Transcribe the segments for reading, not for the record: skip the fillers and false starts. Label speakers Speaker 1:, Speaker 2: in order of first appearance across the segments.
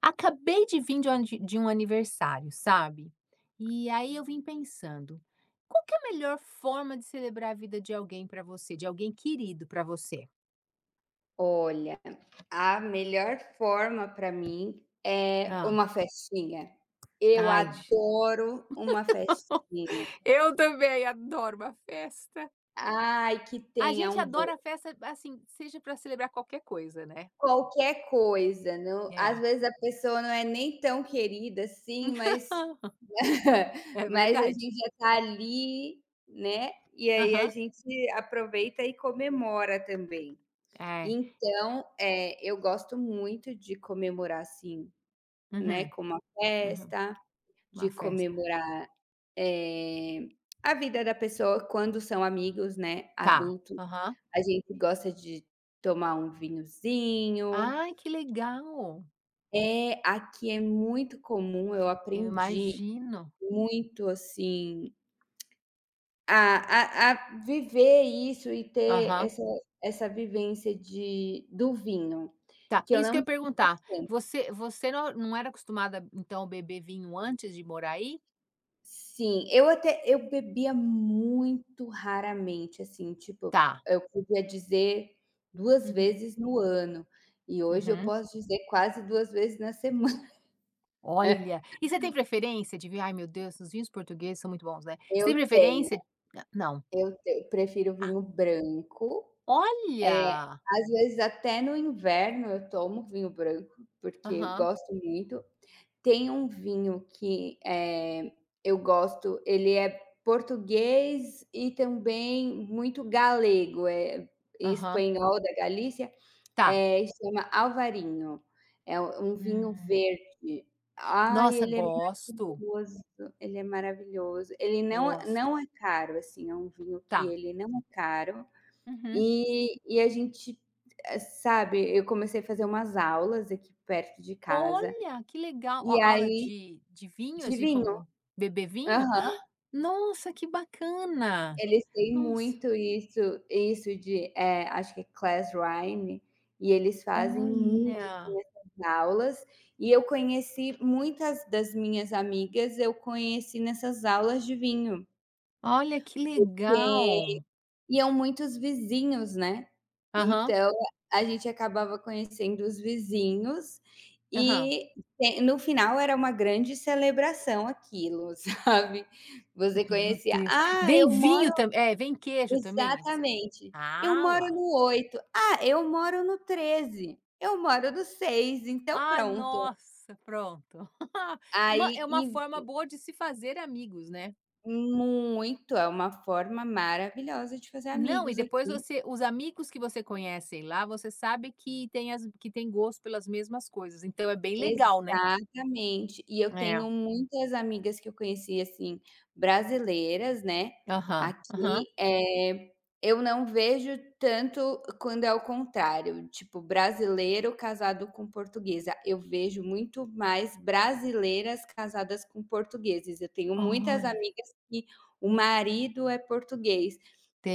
Speaker 1: Acabei de vir de um ani de um aniversário, sabe. E aí eu vim pensando, qual que é a melhor forma de celebrar a vida de alguém pra você, de alguém querido pra você?
Speaker 2: Olha, a melhor forma para mim é
Speaker 1: Ah.
Speaker 2: uma festinha. Eu
Speaker 1: Ai, ge
Speaker 2: adoro uma festinha.
Speaker 1: Eu também adoro uma festa.
Speaker 2: Ai, que
Speaker 1: A
Speaker 2: tenha
Speaker 1: gente
Speaker 2: um bo
Speaker 1: adora festa, assim, seja pra celebrar qualquer coisa, né.
Speaker 2: qualquer coisa, não, às
Speaker 1: É.
Speaker 2: vezes a pessoa não é nem tão querida assim, mas
Speaker 1: É
Speaker 2: mas a
Speaker 1: verdade.
Speaker 2: gente já tá ali, né, e aí a
Speaker 1: Aham.
Speaker 2: gente aproveita e comemora também.
Speaker 1: É.
Speaker 2: Então, eu gosto muito de comemorar, assim, né,
Speaker 1: Uhum,
Speaker 2: com uma
Speaker 1: uhum.
Speaker 2: festa. De
Speaker 1: Uma festa.
Speaker 2: comemorar, eh, a vida da pessoa quando são amigos, né,
Speaker 1: Tá.
Speaker 2: adultos.
Speaker 1: Aham.
Speaker 2: A gente gosta de tomar um vinhozinho.
Speaker 1: Ai, que legal.
Speaker 2: É, aqui é muito comum, eu
Speaker 1: Eu
Speaker 2: aprendi
Speaker 1: imagino.
Speaker 2: muito, assim, a viver isso e ter
Speaker 1: Aham.
Speaker 2: essa vivência de do vinho,
Speaker 1: Tá,
Speaker 2: que
Speaker 1: é
Speaker 2: eu
Speaker 1: isso que eu
Speaker 2: não
Speaker 1: ia
Speaker 2: tinha.
Speaker 1: perguntar. Você não era acostumada, então, a beber vinho antes de morar aí?
Speaker 2: Sim, eu bebia muito raramente, assim, tipo,
Speaker 1: Tá.
Speaker 2: eu podia dizer duas
Speaker 1: Uhum,
Speaker 2: vezes no ano, e hoje eu
Speaker 1: uhum.
Speaker 2: posso dizer quase 2 vezes na semana.
Speaker 1: Olha, e você tem preferência de vinho? Ai, meu Deus, os vinhos portugueses são muito bons, né. Você
Speaker 2: Eu
Speaker 1: tem
Speaker 2: tenho,
Speaker 1: preferência? N não.
Speaker 2: eu tenho, prefiro
Speaker 1: Ah,
Speaker 2: vinho branco, é,
Speaker 1: olha!
Speaker 2: às vezes até no inverno eu tomo vinho branco, porque eu
Speaker 1: Aham,
Speaker 2: gosto muito. Tem um vinho que, eu gosto, ele é português e também muito galego, é
Speaker 1: aham.
Speaker 2: espanhol da Galícia,
Speaker 1: Tá.
Speaker 2: chama Alvarinho, é um vinho
Speaker 1: Hum.
Speaker 2: verde. Ai,
Speaker 1: Nossa,
Speaker 2: ele é
Speaker 1: gosto,
Speaker 2: maravilhoso, ele é maravilhoso. Ele não
Speaker 1: gosto.
Speaker 2: não é caro, assim, é um vinho que
Speaker 1: Tá.
Speaker 2: ele não é caro,
Speaker 1: Uhum.
Speaker 2: e a gente, sabe, eu comecei a fazer umas aulas aqui perto de casa,
Speaker 1: Olha, que legal. Ó,
Speaker 2: e
Speaker 1: aula
Speaker 2: aí
Speaker 1: de vinho,
Speaker 2: de
Speaker 1: assim,
Speaker 2: vinho.
Speaker 1: como beber vinho?
Speaker 2: Aham,
Speaker 1: Ah, nossa, que bacana.
Speaker 2: eles têm
Speaker 1: Nossa.
Speaker 2: muito isso de, acho que é class rhyme, e eles fazem muito, assim,
Speaker 1: Olha,
Speaker 2: essas aulas, e eu conheci muitas das minhas amigas, eu conheci nessas aulas de vinho,
Speaker 1: olha que
Speaker 2: que
Speaker 1: legal.
Speaker 2: iam muitos vizinhos, né,
Speaker 1: Aham,
Speaker 2: então a gente acabava conhecendo os vizinhos,
Speaker 1: aham.
Speaker 2: e te no final era uma grande celebração aquilo, sabe, você
Speaker 1: Meu
Speaker 2: conhecia:
Speaker 1: Deus.
Speaker 2: "Ah,
Speaker 1: Vem
Speaker 2: eu moro..."
Speaker 1: vinho também, é, vem queijo também? Você...
Speaker 2: Exatamente. Eu
Speaker 1: ah
Speaker 2: moro
Speaker 1: lá,
Speaker 2: no 8. "Ah, eu moro no 13. Eu moro no 6. Então
Speaker 1: ah,
Speaker 2: pronto."
Speaker 1: nossa, pronto. Uma é
Speaker 2: Aí
Speaker 1: uma
Speaker 2: e
Speaker 1: forma boa de se fazer amigos, né.
Speaker 2: muito, é uma forma maravilhosa de fazer
Speaker 1: Não, e
Speaker 2: amigos
Speaker 1: depois
Speaker 2: aqui.
Speaker 1: você... os amigos que você conhece lá, você sabe que tem... as que tem gosto pelas mesmas coisas, então é bem legal, né.
Speaker 2: Exatamente. E eu
Speaker 1: É,
Speaker 2: tenho muitas amigas que eu conheci, assim, brasileiras, né,
Speaker 1: aham, aham.
Speaker 2: aqui, eu não vejo tanto quando é o contrário, tipo, brasileiro casado com portuguesa. Eu vejo muito mais brasileiras casadas com portugueses. Eu tenho muitas
Speaker 1: Olha,
Speaker 2: amigas que o marido é português.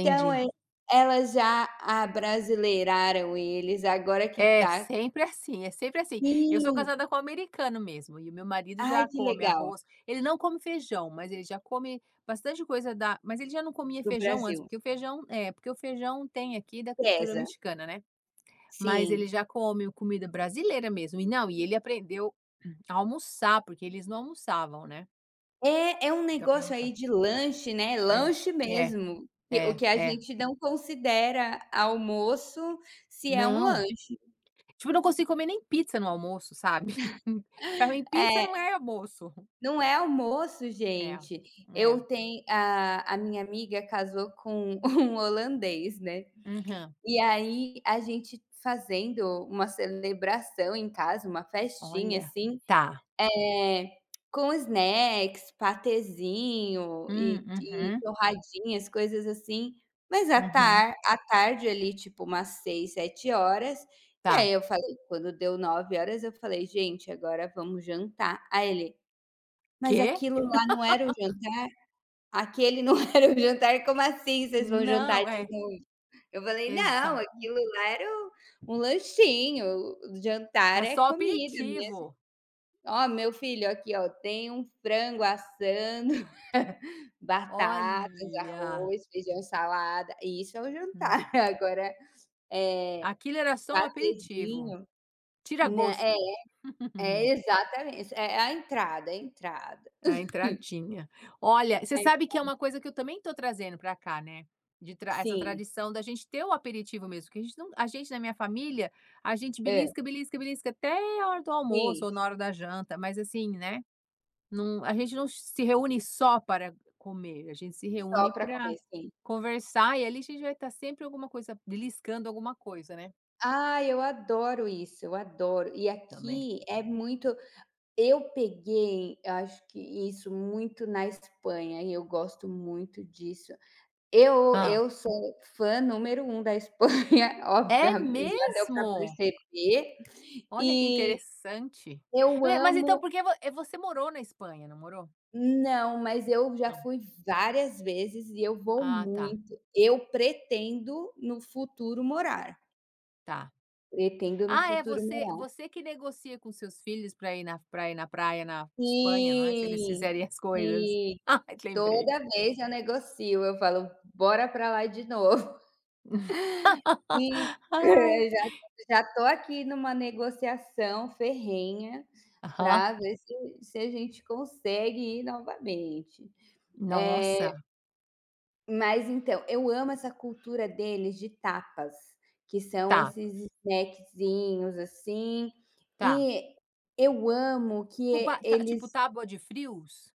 Speaker 2: Então, é, elas já abrasileiraram eles, agora que
Speaker 1: É
Speaker 2: tá,
Speaker 1: sempre assim, é sempre assim. Eu sou
Speaker 2: sim.
Speaker 1: casada com um americano mesmo, e o meu marido
Speaker 2: Ai,
Speaker 1: já
Speaker 2: que
Speaker 1: come
Speaker 2: legal.
Speaker 1: arroz. Ele não come feijão, mas ele já come bastante coisa da... mas ele já não comia
Speaker 2: Do
Speaker 1: feijão antes,
Speaker 2: Brasil,
Speaker 1: porque o feijão é, porque o feijão tem aqui da cultura
Speaker 2: pesa.
Speaker 1: mexicana, né. Mas
Speaker 2: Sim.
Speaker 1: ele já come comida brasileira mesmo. E não, e ele aprendeu a almoçar, porque eles não almoçavam, né.
Speaker 2: É um
Speaker 1: Então, pra
Speaker 2: negócio aí
Speaker 1: almoçar.
Speaker 2: de lanche, né,
Speaker 1: É,
Speaker 2: lanche
Speaker 1: é,
Speaker 2: mesmo, que o
Speaker 1: é,
Speaker 2: que a
Speaker 1: é.
Speaker 2: gente não considera almoço, se é um
Speaker 1: Não.
Speaker 2: lanche.
Speaker 1: Tipo, eu não consigo comer nem pizza no almoço, sabe. Pra mim pizza
Speaker 2: É,
Speaker 1: não é almoço.
Speaker 2: não é almoço,
Speaker 1: É,
Speaker 2: gente, eu
Speaker 1: é.
Speaker 2: tenho a minha amiga casou com um holandês, né,
Speaker 1: Aham.
Speaker 2: e aí a gente fazendo uma celebração em casa, uma festinha
Speaker 1: Olha,
Speaker 2: assim,
Speaker 1: tá.
Speaker 2: é, com snacks, patezinho e
Speaker 1: Uhum,
Speaker 2: torradinhas, coisas assim, mas
Speaker 1: uhum.
Speaker 2: à tarde ali, tipo umas 6, 7 horas. E
Speaker 1: Tá.
Speaker 2: aí eu falei quando deu 9 horas, eu falei: "Gente, agora vamos jantar". Aí ele: "Mas
Speaker 1: Quê?
Speaker 2: aquilo lá não era o jantar? Aquele não era o jantar? Como assim vocês vão jantar
Speaker 1: Não,
Speaker 2: de..."
Speaker 1: é,
Speaker 2: Eu falei: "Não,
Speaker 1: exato.
Speaker 2: aquilo lá era um lanchinho, o jantar
Speaker 1: É
Speaker 2: é
Speaker 1: só
Speaker 2: comida.
Speaker 1: aperitivo.
Speaker 2: Ó, meu filho, aqui, ó, tem um frango assando, batatas,
Speaker 1: Olha,
Speaker 2: arroz, feijão, salada, isso é o
Speaker 1: hum.
Speaker 2: jantar. Agora, é
Speaker 1: Aquilo era só um aperitivo,
Speaker 2: patezinho, né, é,
Speaker 1: tira-gosto.
Speaker 2: é exatamente, é a entrada, é a entrada.
Speaker 1: A entradinha. Olha, você
Speaker 2: É,
Speaker 1: sabe que é uma coisa que eu também estou trazendo para cá, né, de tra essa
Speaker 2: sim,
Speaker 1: tradição da gente ter o aperitivo mesmo, que a gente não... a gente na minha família, a gente
Speaker 2: hã,
Speaker 1: belisca, belisca, belisca até a hora do almoço
Speaker 2: sim,
Speaker 1: ou na hora da janta, mas assim, né. Não, a gente não se reúne só para comer, a gente se reúne
Speaker 2: só para
Speaker 1: para
Speaker 2: comer, sim.
Speaker 1: conversar, e ali a gente vai estar sempre... alguma coisa, beliscando alguma coisa, né,
Speaker 2: Ah, eu adoro isso, eu adoro. E
Speaker 1: também.
Speaker 2: aqui é muito, eu peguei, eu acho que isso muito na Espanha e eu gosto muito disso. Eu
Speaker 1: Ah.
Speaker 2: eu sou fã número um da Espanha, óbvio
Speaker 1: É
Speaker 2: já deu para
Speaker 1: mesmo?
Speaker 2: perceber.
Speaker 1: Olha que
Speaker 2: E
Speaker 1: interessante.
Speaker 2: eu
Speaker 1: Me mas então,
Speaker 2: amo.
Speaker 1: porque você morou na Espanha, não morou?
Speaker 2: Não, mas eu já
Speaker 1: Não.
Speaker 2: fui várias vezes e eu vou
Speaker 1: Ah, tá,
Speaker 2: muito. Eu pretendo no futuro morar,
Speaker 1: tá.
Speaker 2: pretendo no
Speaker 1: Ah, é
Speaker 2: futuro
Speaker 1: você...
Speaker 2: morar.
Speaker 1: você que negocia com seus filhos para ir na... para ir na praia na Espanha, não é, se eles
Speaker 2: Sim,
Speaker 1: fizerem as coisas.
Speaker 2: sim.
Speaker 1: Ai, lembrei.
Speaker 2: Toda vez eu negocio, eu falo: "Bora para lá de novo". E
Speaker 1: Ai.
Speaker 2: já já tô aqui numa negociação ferrenha
Speaker 1: Aham.
Speaker 2: para ver se a gente consegue ir novamente. Eh,
Speaker 1: Nossa,
Speaker 2: mas então, eu amo essa cultura deles de tapas, que são
Speaker 1: tapas,
Speaker 2: esses snackzinhos, assim,
Speaker 1: tá.
Speaker 2: e eu amo que
Speaker 1: Tipo pa ta tipo
Speaker 2: eles
Speaker 1: tábua de frios?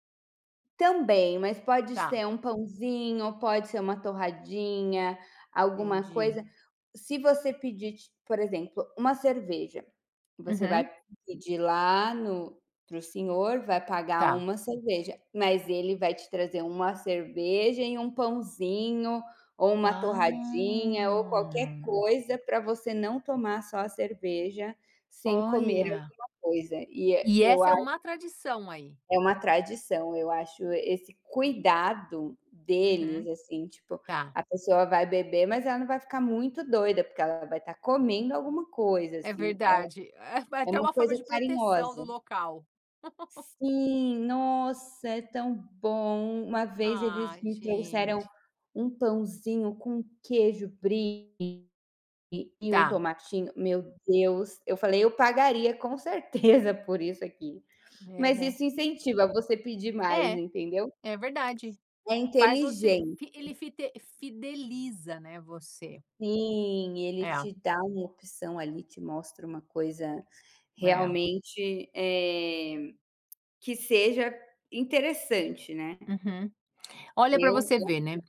Speaker 2: também, mas pode
Speaker 1: Tá,
Speaker 2: ser um pãozinho, pode ser uma torradinha, alguma
Speaker 1: entendi.
Speaker 2: coisa. Se você pedir, ti por exemplo, uma cerveja, você vai
Speaker 1: Uhum,
Speaker 2: pedir lá no para o senhor, vai pagar
Speaker 1: tá.
Speaker 2: uma cerveja, mas ele vai te trazer uma cerveja e um pãozinho, ou uma
Speaker 1: Ah,
Speaker 2: torradinha, ou qualquer coisa para você não tomar só a cerveja sem comer
Speaker 1: olha.
Speaker 2: alguma coisa. E
Speaker 1: E
Speaker 2: eu
Speaker 1: essa é uma tradição aí?
Speaker 2: é uma tradição, eu acho esse cuidado deles,
Speaker 1: Uhum,
Speaker 2: assim, tipo,
Speaker 1: tá.
Speaker 2: a pessoa vai beber, mas ela não vai ficar muito doida, porque ela vai estar comendo alguma coisa,
Speaker 1: É
Speaker 2: assim, é
Speaker 1: verdade, é é
Speaker 2: é
Speaker 1: até
Speaker 2: uma
Speaker 1: uma forma
Speaker 2: coisa
Speaker 1: de proteção do
Speaker 2: carinhosa.
Speaker 1: local.
Speaker 2: Sim, nossa, é tão bom. Uma vez
Speaker 1: Ah,
Speaker 2: eles me trouxeram
Speaker 1: gente.
Speaker 2: um pãozinho com queijo brie e um
Speaker 1: Tá,
Speaker 2: tomatinho, meu Deus, eu falei: "Eu pagaria com certeza por isso aqui".
Speaker 1: é,
Speaker 2: Mas
Speaker 1: né.
Speaker 2: isso incentiva você pedir mais,
Speaker 1: É,
Speaker 2: entendeu?
Speaker 1: é verdade.
Speaker 2: É
Speaker 1: Faz você
Speaker 2: inteligente.
Speaker 1: fi ele fite fideliza, né, você.
Speaker 2: Sim, ele
Speaker 1: É,
Speaker 2: te dá uma opção ali, te mostra uma coisa
Speaker 1: é.
Speaker 2: realmente, que seja interessante, né.
Speaker 1: Uhum. Olha, para
Speaker 2: Eu
Speaker 1: você ver, né.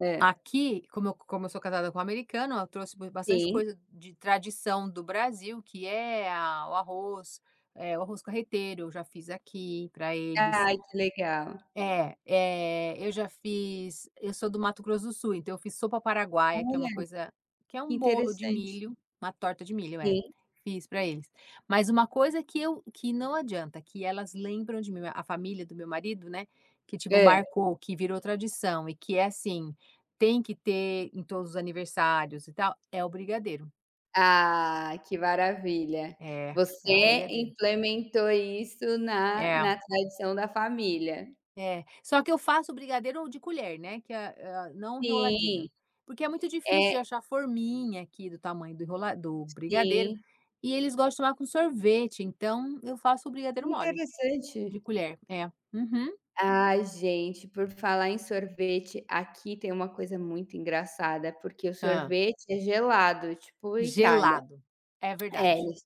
Speaker 2: é.
Speaker 1: Aqui, como eu... como eu sou casada com um americano, eu trouxe ba bastante
Speaker 2: Sim.
Speaker 1: coisa de tradição do Brasil, que é a... o arroz, eh, o arroz carreteiro, eu já fiz aqui para eles.
Speaker 2: Ai, que legal.
Speaker 1: É, eh, eu já fiz... eu sou do Mato Grosso do Sul, então eu fiz sopa paraguaia, que é
Speaker 2: Olha,
Speaker 1: uma coisa... que é
Speaker 2: que
Speaker 1: um bolo de
Speaker 2: interessante.
Speaker 1: milho, uma torta de milho, é.
Speaker 2: Sim.
Speaker 1: Fiz para eles. Mas uma coisa que eu que não adianta, que elas lembram de mim, a família do meu marido, né, que tipo
Speaker 2: Hã.
Speaker 1: marcou, que virou tradição e que é assim, tem que ter em todos os aniversários e tal, é o brigadeiro.
Speaker 2: Ah, que maravilha.
Speaker 1: É, é o
Speaker 2: Você
Speaker 1: brigadeiro.
Speaker 2: implementou isso na
Speaker 1: É.
Speaker 2: na tradição da família.
Speaker 1: É, só que eu faço brigadeiro de colher, né, que é não
Speaker 2: Sim.
Speaker 1: enroladinho. Porque é muito difícil de
Speaker 2: É,
Speaker 1: achar forminha aqui do tamanho do enrola do brigadeiro,
Speaker 2: sim.
Speaker 1: e eles gostam de tomar com sorvete, então eu faço o
Speaker 2: Que
Speaker 1: brigadeiro mole,
Speaker 2: interessante.
Speaker 1: de colher. É. Uhum.
Speaker 2: Ai, gente, por falar em sorvete, aqui tem uma coisa muito engraçada, porque o
Speaker 1: Hã.
Speaker 2: sorvete é gelado, tipo Itália.
Speaker 1: Gelado. É
Speaker 2: É,
Speaker 1: verdade.
Speaker 2: eles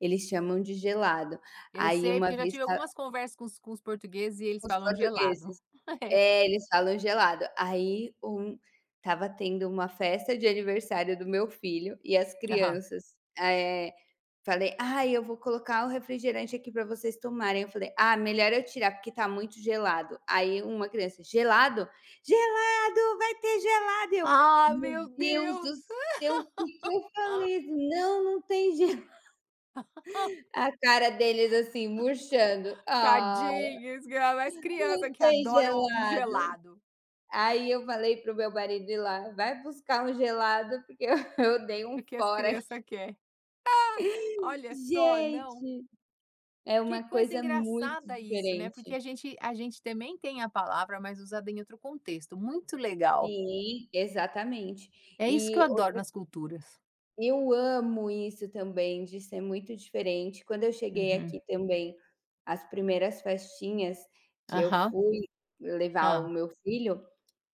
Speaker 2: eles chamam de gelado.
Speaker 1: Eu
Speaker 2: Aí
Speaker 1: sei,
Speaker 2: uma
Speaker 1: porque eu já
Speaker 2: vez
Speaker 1: tive
Speaker 2: ta
Speaker 1: algumas conversas com os portugueses, e eles
Speaker 2: os
Speaker 1: falam gelado.
Speaker 2: portugueses
Speaker 1: É.
Speaker 2: é, eles falam gelado. Aí um tava tendo uma festa de aniversário do meu filho e as
Speaker 1: Aham.
Speaker 2: crianças é... Falei: "Ah, eu vou colocar o refrigerante aqui para vocês tomarem". Eu falei: "Ah, melhor eu tirar, porque tá muito gelado". Aí uma criança: "Gelado? Gelado, vai ter gelado". Eu:
Speaker 1: Ah,
Speaker 2: "Meu
Speaker 1: meu
Speaker 2: Deus
Speaker 1: Deus!
Speaker 2: do céu, o que que eu falei? Não, não tem gelado". A cara deles assim murchando: "Ah,
Speaker 1: Tadinhos, ainda mais criança,
Speaker 2: não
Speaker 1: que
Speaker 2: tem
Speaker 1: adoram um
Speaker 2: gelado".
Speaker 1: gelado,
Speaker 2: Aí eu falei pro meu marido ir lá: "Vai buscar um gelado, porque eu eu dei um
Speaker 1: o que as
Speaker 2: fora aqui".
Speaker 1: crianças querem. Olha só, não.
Speaker 2: Gente, é
Speaker 1: Que
Speaker 2: uma
Speaker 1: coisa
Speaker 2: coisa muito
Speaker 1: engraçada isso, né, porque
Speaker 2: diferente.
Speaker 1: a gente também tem a palavra, mas usada em outro contexto, muito legal.
Speaker 2: Sim, exatamente.
Speaker 1: É isso que
Speaker 2: E
Speaker 1: eu adoro
Speaker 2: o
Speaker 1: nas culturas.
Speaker 2: eu amo isso também, de ser muito diferente. Quando eu cheguei
Speaker 1: Uhum.
Speaker 2: aqui também, as primeiras festinhas que eu
Speaker 1: Aham.
Speaker 2: fui levar o
Speaker 1: Ah.
Speaker 2: meu filho,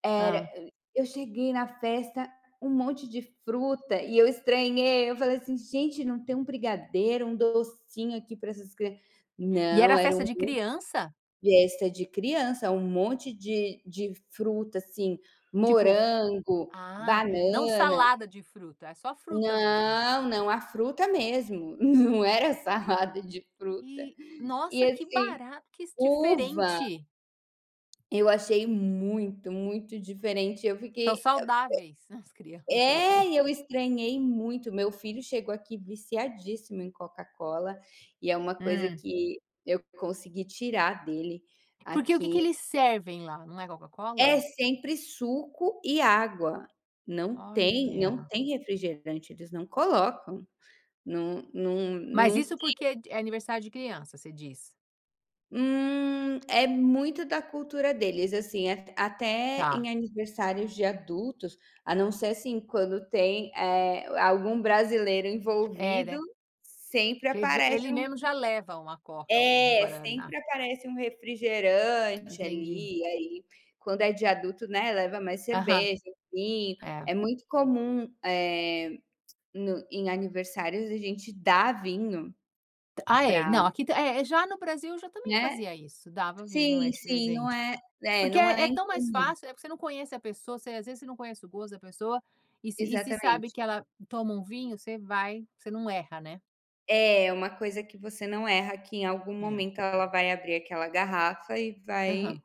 Speaker 2: era
Speaker 1: Hã.
Speaker 2: eu cheguei na festa, um monte de fruta e eu estranhei, eu falei assim: "Gente, não tem um brigadeiro, um docinho aqui para essas crianças..."
Speaker 1: E
Speaker 2: Não,
Speaker 1: era
Speaker 2: era
Speaker 1: festa de criança?
Speaker 2: festa de criança, um monte de fruta, assim,
Speaker 1: Tipo...
Speaker 2: morango,
Speaker 1: ah, não
Speaker 2: banana.
Speaker 1: salada de fruta, é só fruta mesmo.
Speaker 2: Não, não, a fruta mesmo, não era salada de fruta.
Speaker 1: E,
Speaker 2: E
Speaker 1: nossa, que
Speaker 2: assim,
Speaker 1: barato, que
Speaker 2: uva,
Speaker 1: diferente.
Speaker 2: eu achei muito, muito diferente, eu
Speaker 1: São
Speaker 2: fiquei,
Speaker 1: saudáveis as crianças aí.
Speaker 2: é, e eu estranhei muito, meu filho chegou aqui viciadíssimo em Coca-Cola, e é uma coisa
Speaker 1: Hum.
Speaker 2: que eu consegui tirar dele
Speaker 1: Porque o que que
Speaker 2: aqui.
Speaker 1: eles servem lá? Não é Coca-Cola?
Speaker 2: É sempre suco e água. Não tem não
Speaker 1: Olha.
Speaker 2: tem refrigerante, eles não colocam. Não, não,
Speaker 1: Mas
Speaker 2: não,
Speaker 1: isso porque é d é aniversário de criança, você diz?
Speaker 2: é muito da cultura deles, assim, a até em
Speaker 1: Tá.
Speaker 2: aniversários de adultos, a não ser, assim, quando tem, algum brasileiro
Speaker 1: É,
Speaker 2: envolvido,
Speaker 1: né,
Speaker 2: sempre
Speaker 1: que ele... já
Speaker 2: aparece.
Speaker 1: ele mesmo já leva uma Coca ou um
Speaker 2: É,
Speaker 1: guaraná.
Speaker 2: sempre aparece um refrigerante
Speaker 1: Entendi.
Speaker 2: ali, aí quando é de adulto, né, leva mais
Speaker 1: Aham,
Speaker 2: cerveja, vinho.
Speaker 1: é.
Speaker 2: É muito comum, no em aniversários a gente dar vinho
Speaker 1: Ah, é.
Speaker 2: para,
Speaker 1: Não, aqui t... é, é, já no Brasil eu já também
Speaker 2: né?
Speaker 1: fazia isso, dava vinho, é,
Speaker 2: Sim,
Speaker 1: de
Speaker 2: sim, não
Speaker 1: presente.
Speaker 2: é,
Speaker 1: Porque
Speaker 2: não
Speaker 1: é
Speaker 2: é
Speaker 1: é tão mais
Speaker 2: incomum.
Speaker 1: fácil, né, porque você não conhece a pessoa, você às vezes você não conhece o gosto da pessoa, e se... e se sabe
Speaker 2: Exatamente.
Speaker 1: que ela toma um vinho, você vai... você não erra, né.
Speaker 2: É, uma coisa que você não erra, que em algum
Speaker 1: É.
Speaker 2: momento ela vai abrir aquela garrafa e vai
Speaker 1: Aham.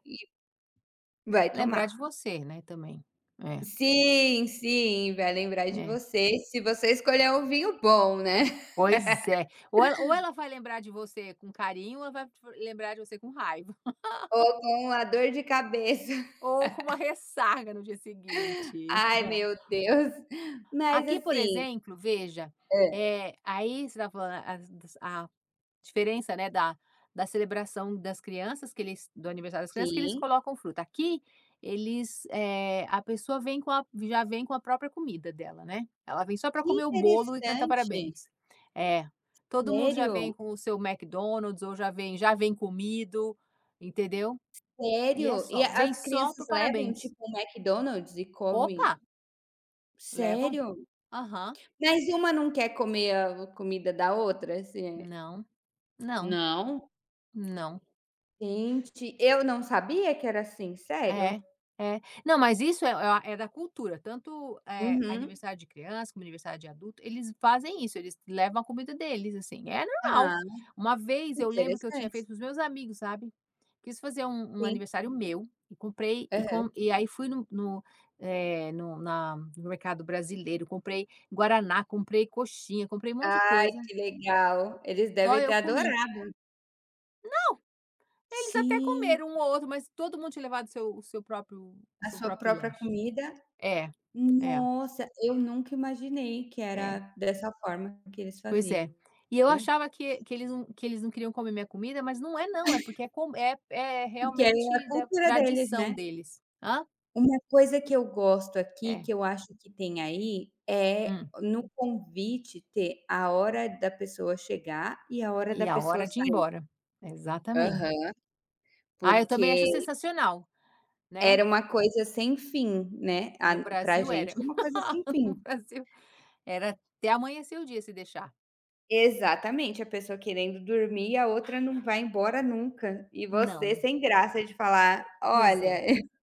Speaker 2: vai
Speaker 1: Lembrar
Speaker 2: tomar.
Speaker 1: de você, né, também. É,
Speaker 2: Sim, sim, vai lembrar de
Speaker 1: é.
Speaker 2: você, se você escolher um vinho bom, né?
Speaker 1: Pois é. Ou ela... ou ela vai lembrar de você com carinho, ou ela vai lembrar de você com raiva,
Speaker 2: Ou com a dor de cabeça.
Speaker 1: ou com uma ressaca no dia seguinte.
Speaker 2: Ai, meu Deus. Mas
Speaker 1: Aqui, por
Speaker 2: assim,
Speaker 1: exemplo, veja,
Speaker 2: hã.
Speaker 1: é aí você estava falando a... diferença, né, da celebração das crianças, que eles... do aniversário das crianças, que eles
Speaker 2: Sim,
Speaker 1: colocam fruta. Aqui eles, é... a pessoa vem com a... já vem com a própria comida dela, né. Ela vem só para
Speaker 2: que
Speaker 1: comer o bolo e cantar
Speaker 2: interessante.
Speaker 1: parabéns. É, todo mundo já vem
Speaker 2: Sério?
Speaker 1: com o seu McDonald's ou já vem comido, entendeu. E é
Speaker 2: Sério? E
Speaker 1: só, vem
Speaker 2: as
Speaker 1: só
Speaker 2: crianças
Speaker 1: pro
Speaker 2: levam,
Speaker 1: parabéns.
Speaker 2: tipo, um McDonald's e comem?
Speaker 1: Opa, levam.
Speaker 2: Sério?
Speaker 1: Aham.
Speaker 2: Mas uma não quer comer a comida da outra, assim, é?
Speaker 1: Não, não,
Speaker 2: Não.
Speaker 1: não.
Speaker 2: Gente, eu não sabia que era assim, sério?
Speaker 1: É, é. Não, mas isso é é a é da cultura, tanto, eh,
Speaker 2: Uhum.
Speaker 1: aniversário de criança como aniversário de adulto, eles fazem isso, eles levam a comida deles, assim, é normal.
Speaker 2: Ah,
Speaker 1: Uma vez eu lembro que eu tinha
Speaker 2: interessante.
Speaker 1: feito para os meus amigos, sabe, quis fazer um
Speaker 2: Sim.
Speaker 1: aniversário meu, e comprei e
Speaker 2: Aham.
Speaker 1: com e aí fui no mercado brasileiro, comprei guaraná, comprei coxinha, comprei um monte de
Speaker 2: Ai,
Speaker 1: coisa,
Speaker 2: que legal. Eles
Speaker 1: só
Speaker 2: devem ter
Speaker 1: eu comi.
Speaker 2: adorado.
Speaker 1: Eles até
Speaker 2: Gen...
Speaker 1: comeram um ou outro, mas todo mundo tinha levado seu... o
Speaker 2: A
Speaker 1: seu
Speaker 2: sua
Speaker 1: próprio
Speaker 2: própria
Speaker 1: lanche.
Speaker 2: comida?
Speaker 1: É, é,
Speaker 2: Nossa, eu nunca imaginei que
Speaker 1: é.
Speaker 2: era dessa forma que eles
Speaker 1: Pois é.
Speaker 2: faziam,
Speaker 1: E eu achava que... que eles não... que eles não queriam comer minha comida, mas não, é não, é porque é... com é... é
Speaker 2: porque é a
Speaker 1: realmente da
Speaker 2: cultura deles, né.
Speaker 1: tradição deles. Hã?
Speaker 2: Uma coisa que eu gosto aqui,
Speaker 1: É.
Speaker 2: que eu acho que tem aí, é
Speaker 1: Hum.
Speaker 2: no convite ter a hora da pessoa chegar e a hora da
Speaker 1: E a
Speaker 2: pessoa
Speaker 1: hora de ir
Speaker 2: sair.
Speaker 1: embora. Exatamente.
Speaker 2: Aham,
Speaker 1: Ah, eu também
Speaker 2: porque
Speaker 1: acho sensacional, né.
Speaker 2: era uma coisa sem fim, né,
Speaker 1: No
Speaker 2: a pra
Speaker 1: Brasil era.
Speaker 2: gente é uma coisa sem
Speaker 1: No
Speaker 2: fim.
Speaker 1: Brasil era... até amanhecer o dia, se deixar.
Speaker 2: Exatamente, a pessoa querendo dormir, a outra não vai embora nunca. E você
Speaker 1: Não.
Speaker 2: sem graça de falar:
Speaker 1: Pois
Speaker 2: "Olha..."
Speaker 1: é.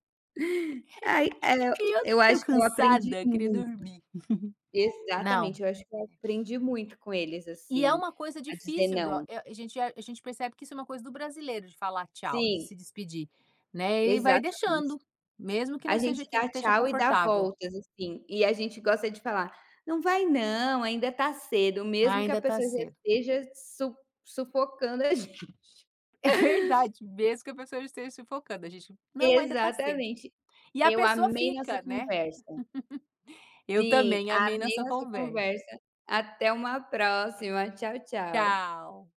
Speaker 2: Ai,
Speaker 1: E eu tô
Speaker 2: eu
Speaker 1: meio
Speaker 2: acho que eu aprendi
Speaker 1: cansada, queria
Speaker 2: muito,
Speaker 1: dormir. Não.
Speaker 2: exatamente, eu acho que eu aprendi muito com eles,
Speaker 1: E é
Speaker 2: assim,
Speaker 1: uma coisa
Speaker 2: a dizer
Speaker 1: difícil do...
Speaker 2: não.
Speaker 1: eh, a gente percebe que isso é uma coisa do brasileiro, de falar tchau, de
Speaker 2: Sim,
Speaker 1: se despedir, né, e vai
Speaker 2: exatamente.
Speaker 1: deixando, mesmo que
Speaker 2: A
Speaker 1: não seja...
Speaker 2: gente
Speaker 1: que não
Speaker 2: dá
Speaker 1: esteja
Speaker 2: tchau e dá
Speaker 1: confortável.
Speaker 2: voltas, assim, e a gente gosta de falar: "Não vai não, ainda tá cedo",
Speaker 1: "Ah,
Speaker 2: mesmo que a
Speaker 1: ainda tá
Speaker 2: pessoa já
Speaker 1: cedo".
Speaker 2: esteja su sufocando a gente.
Speaker 1: É verdade, mesmo que a pessoa esteja sufocando, a gente: "Não, ainda tá cedo".
Speaker 2: Exatamente.
Speaker 1: E a
Speaker 2: Eu
Speaker 1: pessoa
Speaker 2: amei nossa
Speaker 1: fica, né.
Speaker 2: conversa.
Speaker 1: Eu
Speaker 2: Sim,
Speaker 1: também amei
Speaker 2: amei
Speaker 1: nossa
Speaker 2: nossa
Speaker 1: conversa.
Speaker 2: conversa. Até uma próxima. Tchau, tchau.
Speaker 1: Tchau.